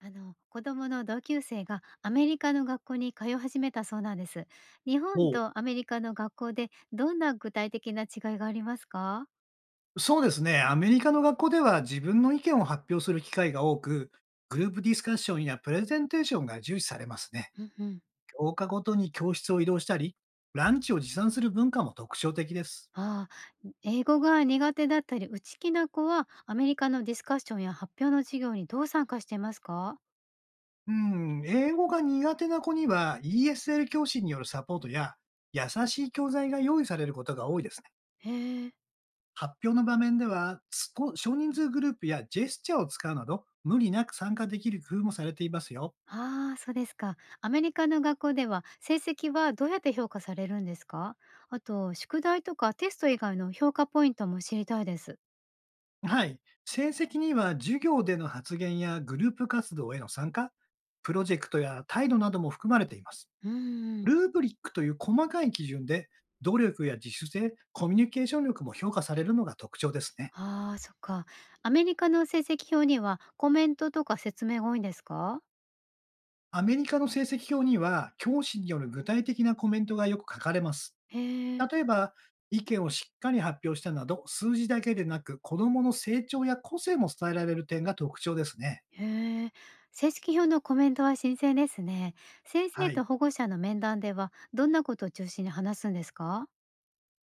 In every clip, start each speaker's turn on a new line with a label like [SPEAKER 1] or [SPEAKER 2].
[SPEAKER 1] あの子供の同級生がアメリカの学校に通い始めたそうなんです。日本
[SPEAKER 2] も
[SPEAKER 1] とアメリカの学校でどんな具体的な違いがありますか？
[SPEAKER 2] う、そうですね。アメリカの学校では自分の意見を発表する機会が多く、グループディスカッションやプレゼンテーションが重視されますね。
[SPEAKER 1] うんうん。
[SPEAKER 2] 教科ごとに教室を移動したり、ランチを持参する文化も特徴的です。
[SPEAKER 1] ああ、英語が苦手だったり内気な子はアメリカのディスカッションや発表の授業にどう参加していますか？
[SPEAKER 2] うん、英語が苦手な子には ESL 教師によるサポートや優しい教材が用意されることが多いですね。
[SPEAKER 1] へえ。
[SPEAKER 2] 発表の場面では、少人数グループやジェスチャーを使うなど、無理なく参加できる工夫もされていますよ。
[SPEAKER 1] ああ、そうですか。アメリカの学校では成績はどうやって評価されるんですか？あと、宿題とかテスト以外の評価ポイントも知りたいです。
[SPEAKER 2] はい。成績には授業での発言やグループ活動への参加、プロジェクトや態度なども含まれています。
[SPEAKER 1] うん。
[SPEAKER 2] ルーブリックという細かい基準で、努力や自主性、コミュニケーション力も評価されるのが特徴ですね。
[SPEAKER 1] ああ、そっか。アメリカの成績表にはコメントとか説明が多いんですか？
[SPEAKER 2] アメリカの成績表には、教師による具体的なコメントがよく書かれます。
[SPEAKER 1] へえ、
[SPEAKER 2] 例えば、意見をしっかり発表したなど、数字だけでなく、子供の成長や個性も伝えられる点が特徴ですね。
[SPEAKER 1] へえ。成績表のコメントは新鮮ですね。先
[SPEAKER 2] は
[SPEAKER 1] 生
[SPEAKER 2] い。
[SPEAKER 1] と保護者の面談では、どんなことを中心に話すんですか？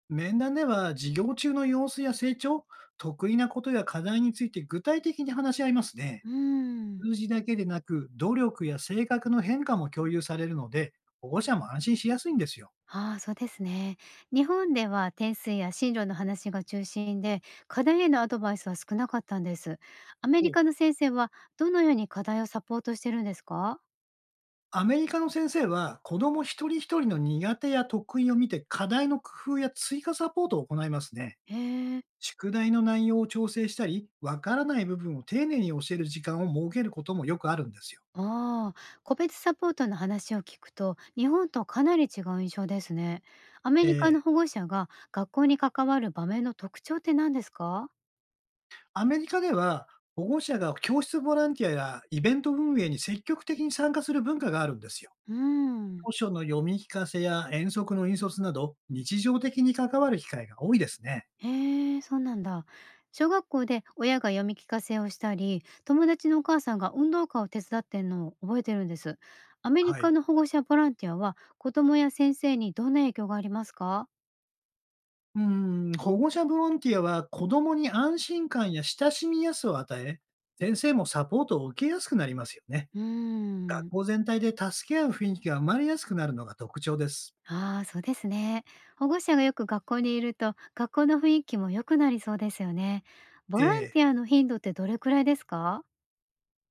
[SPEAKER 2] 面談では授業中の様子や成長、得意なことや課題について具体的に話し合いますね。
[SPEAKER 1] うーん。
[SPEAKER 2] 数字だけでなく、努力や性格の変化も共有されるので、保護者も安心しやすいんですよ。
[SPEAKER 1] ああ、そうですね。日本では点数や進路の話が中心で、課題へのアドバイスは少なかったんです。アメリ
[SPEAKER 2] お
[SPEAKER 1] カの先生はどのように課題をサポートしてるんですか？
[SPEAKER 2] アメリカの先生は、子供一人一人の苦手や得意を見て、課題の工夫や追加サポートを行いますね。
[SPEAKER 1] へえ。
[SPEAKER 2] 宿題の内容を調整したり、わからない部分を丁寧に教える時間を設けることもよくあるんですよ。
[SPEAKER 1] ああ、個別サポートの話を聞くと、日本とかなり違う印象ですね。アメリカの
[SPEAKER 2] ええ。
[SPEAKER 1] 保護者が学校に関わる場面の特徴って何ですか？
[SPEAKER 2] アメリカでは、保護者が教室ボランティアやイベント運営に積極的に参加する文化があるんですよ。
[SPEAKER 1] うん。
[SPEAKER 2] 図書の読み聞かせや遠足の引率など、日常的に関わる機会が多いですね。
[SPEAKER 1] へえ、そうなんだ。小学校で親が読み聞かせをしたり、友達のお母さんが運動会を手伝ってんのを覚えてるんです。アメリ
[SPEAKER 2] は
[SPEAKER 1] カ
[SPEAKER 2] い。
[SPEAKER 1] の保護者ボランティアは、子供や先生にどんな影響がありますか？
[SPEAKER 2] うん、保護者ボランティアは子供に安心感や親しみやすさを与え、先生もサポートを受けやすくなりますよね。
[SPEAKER 1] うー
[SPEAKER 2] 学
[SPEAKER 1] ん。
[SPEAKER 2] 校全体で助け合う雰囲気が生まれやすくなるのが特徴です。
[SPEAKER 1] ああ、そうですね。保護者がよく学校にいると、学校の雰囲気も良くなりそうですよね。ボラン
[SPEAKER 2] え
[SPEAKER 1] テ
[SPEAKER 2] え。
[SPEAKER 1] ィアの頻度ってどれくらいですか？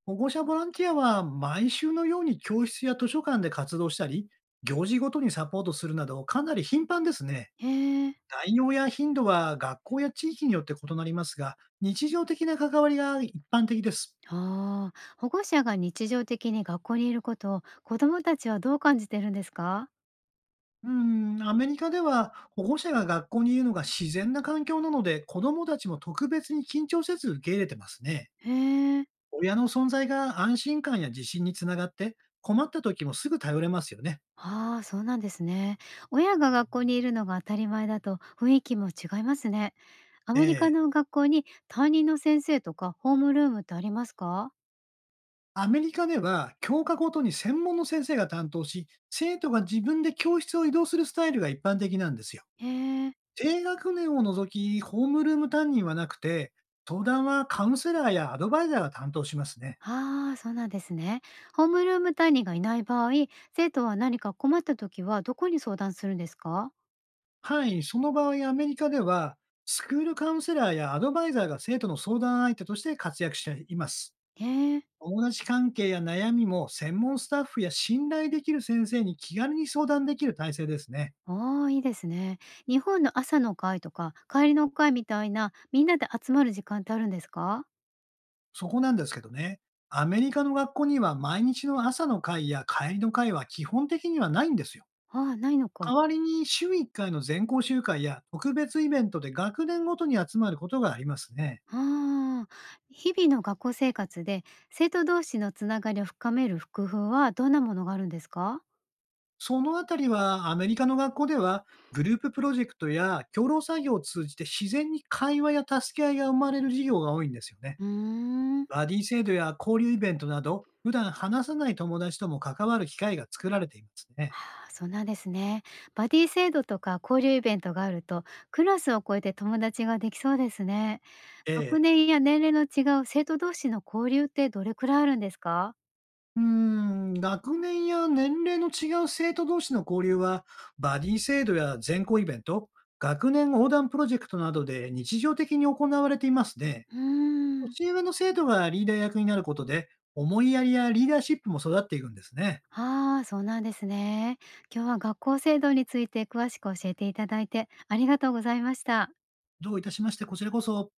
[SPEAKER 2] 保護者ボランティアは毎週のように教室や図書館で活動したり、行事ごとにサポートするなどかなり頻繁ですね。
[SPEAKER 1] へえ。
[SPEAKER 2] 内容や頻度は学校や地域によって異なりますが、日常的な関わりが一般的です。
[SPEAKER 1] ああ、保護者が日常的に学校にいることを子どもたちはどう感じてるんですか？
[SPEAKER 2] うん、アメリカでは保護者が学校にいるのが自然な環境なので、子どもたちも特別に緊張せず受け入れてますね。
[SPEAKER 1] へえ。
[SPEAKER 2] 親の存在が安心感や自信につながって、困った時もすぐ頼れますよね。
[SPEAKER 1] ああ、そうなんですね。親が学校にいるのが当たり前だと雰囲気も違いますね。ア
[SPEAKER 2] え
[SPEAKER 1] メリカ
[SPEAKER 2] え。
[SPEAKER 1] の学校に担任の先生とかホームルームってありますか？
[SPEAKER 2] アメリカでは教科ごとに専門の先生が担当し、生徒が自分で教室を移動するスタイルが一般的なんですよ。
[SPEAKER 1] へえ。
[SPEAKER 2] 低学年を除き、ホームルーム担任はなくて、登壇はカウンセラーやアドバイザーが担当しますね。
[SPEAKER 1] ああ、そうなんですね。ホームルーム担任がいない場合、生徒は何か困った時はどこに相談するんですか？
[SPEAKER 2] はい、その場合アメリカでは、スクールカウンセラーやアドバイザーが生徒の相談相手として活躍しています。
[SPEAKER 1] へえ。
[SPEAKER 2] 友達関係や悩みも専門スタッフや信頼できる先生に気軽に相談できる体制ですね。
[SPEAKER 1] ああ、いいですね。日本の朝の会とか帰りの会みたいなみんなで集まる時間ってあるんですか？
[SPEAKER 2] そこなんですけどね、アメリカの学校には毎日の朝の会や帰りの会は基本的にはないんですよ。
[SPEAKER 1] ああ、ないのか。
[SPEAKER 2] 代わりに週1回の全校集会や特別イベントで学年ごとに集まることがありますね。
[SPEAKER 1] ああ、日々の学校生活で生徒同士のつながりを深める工夫はどんなものがあるんですか？
[SPEAKER 2] そのあたりはアメリカの学校ではグループプロジェクトや共同作業を通じて自然に会話や助け合いが生まれる授業が多いんですよね。
[SPEAKER 1] うーん。
[SPEAKER 2] バディ制度や交流イベントなど普段話さない友達とも関わる機会が作られていますね。
[SPEAKER 1] ああ、そうなんですね。バディ制度とか交流イベントがあると、クラスを超えて友達ができそうですね。
[SPEAKER 2] え
[SPEAKER 1] 学
[SPEAKER 2] え。
[SPEAKER 1] 年や年齢の違う生徒同士の交流ってどれくらいあるんですか？
[SPEAKER 2] うーん、学年や年齢の違う生徒同士の交流は、バディ制度や全校イベント、学年横断プロジェクトなどで日常的に行われていますね。
[SPEAKER 1] うーん。
[SPEAKER 2] 年上の生徒がリーダー役になることで、思いやりやリーダーシップも育っていくんですね。
[SPEAKER 1] ああ、そうなんですね。今日は学校制度について詳しく教えていただいてありがとうございました。
[SPEAKER 2] どういたしまして、こちらこそ。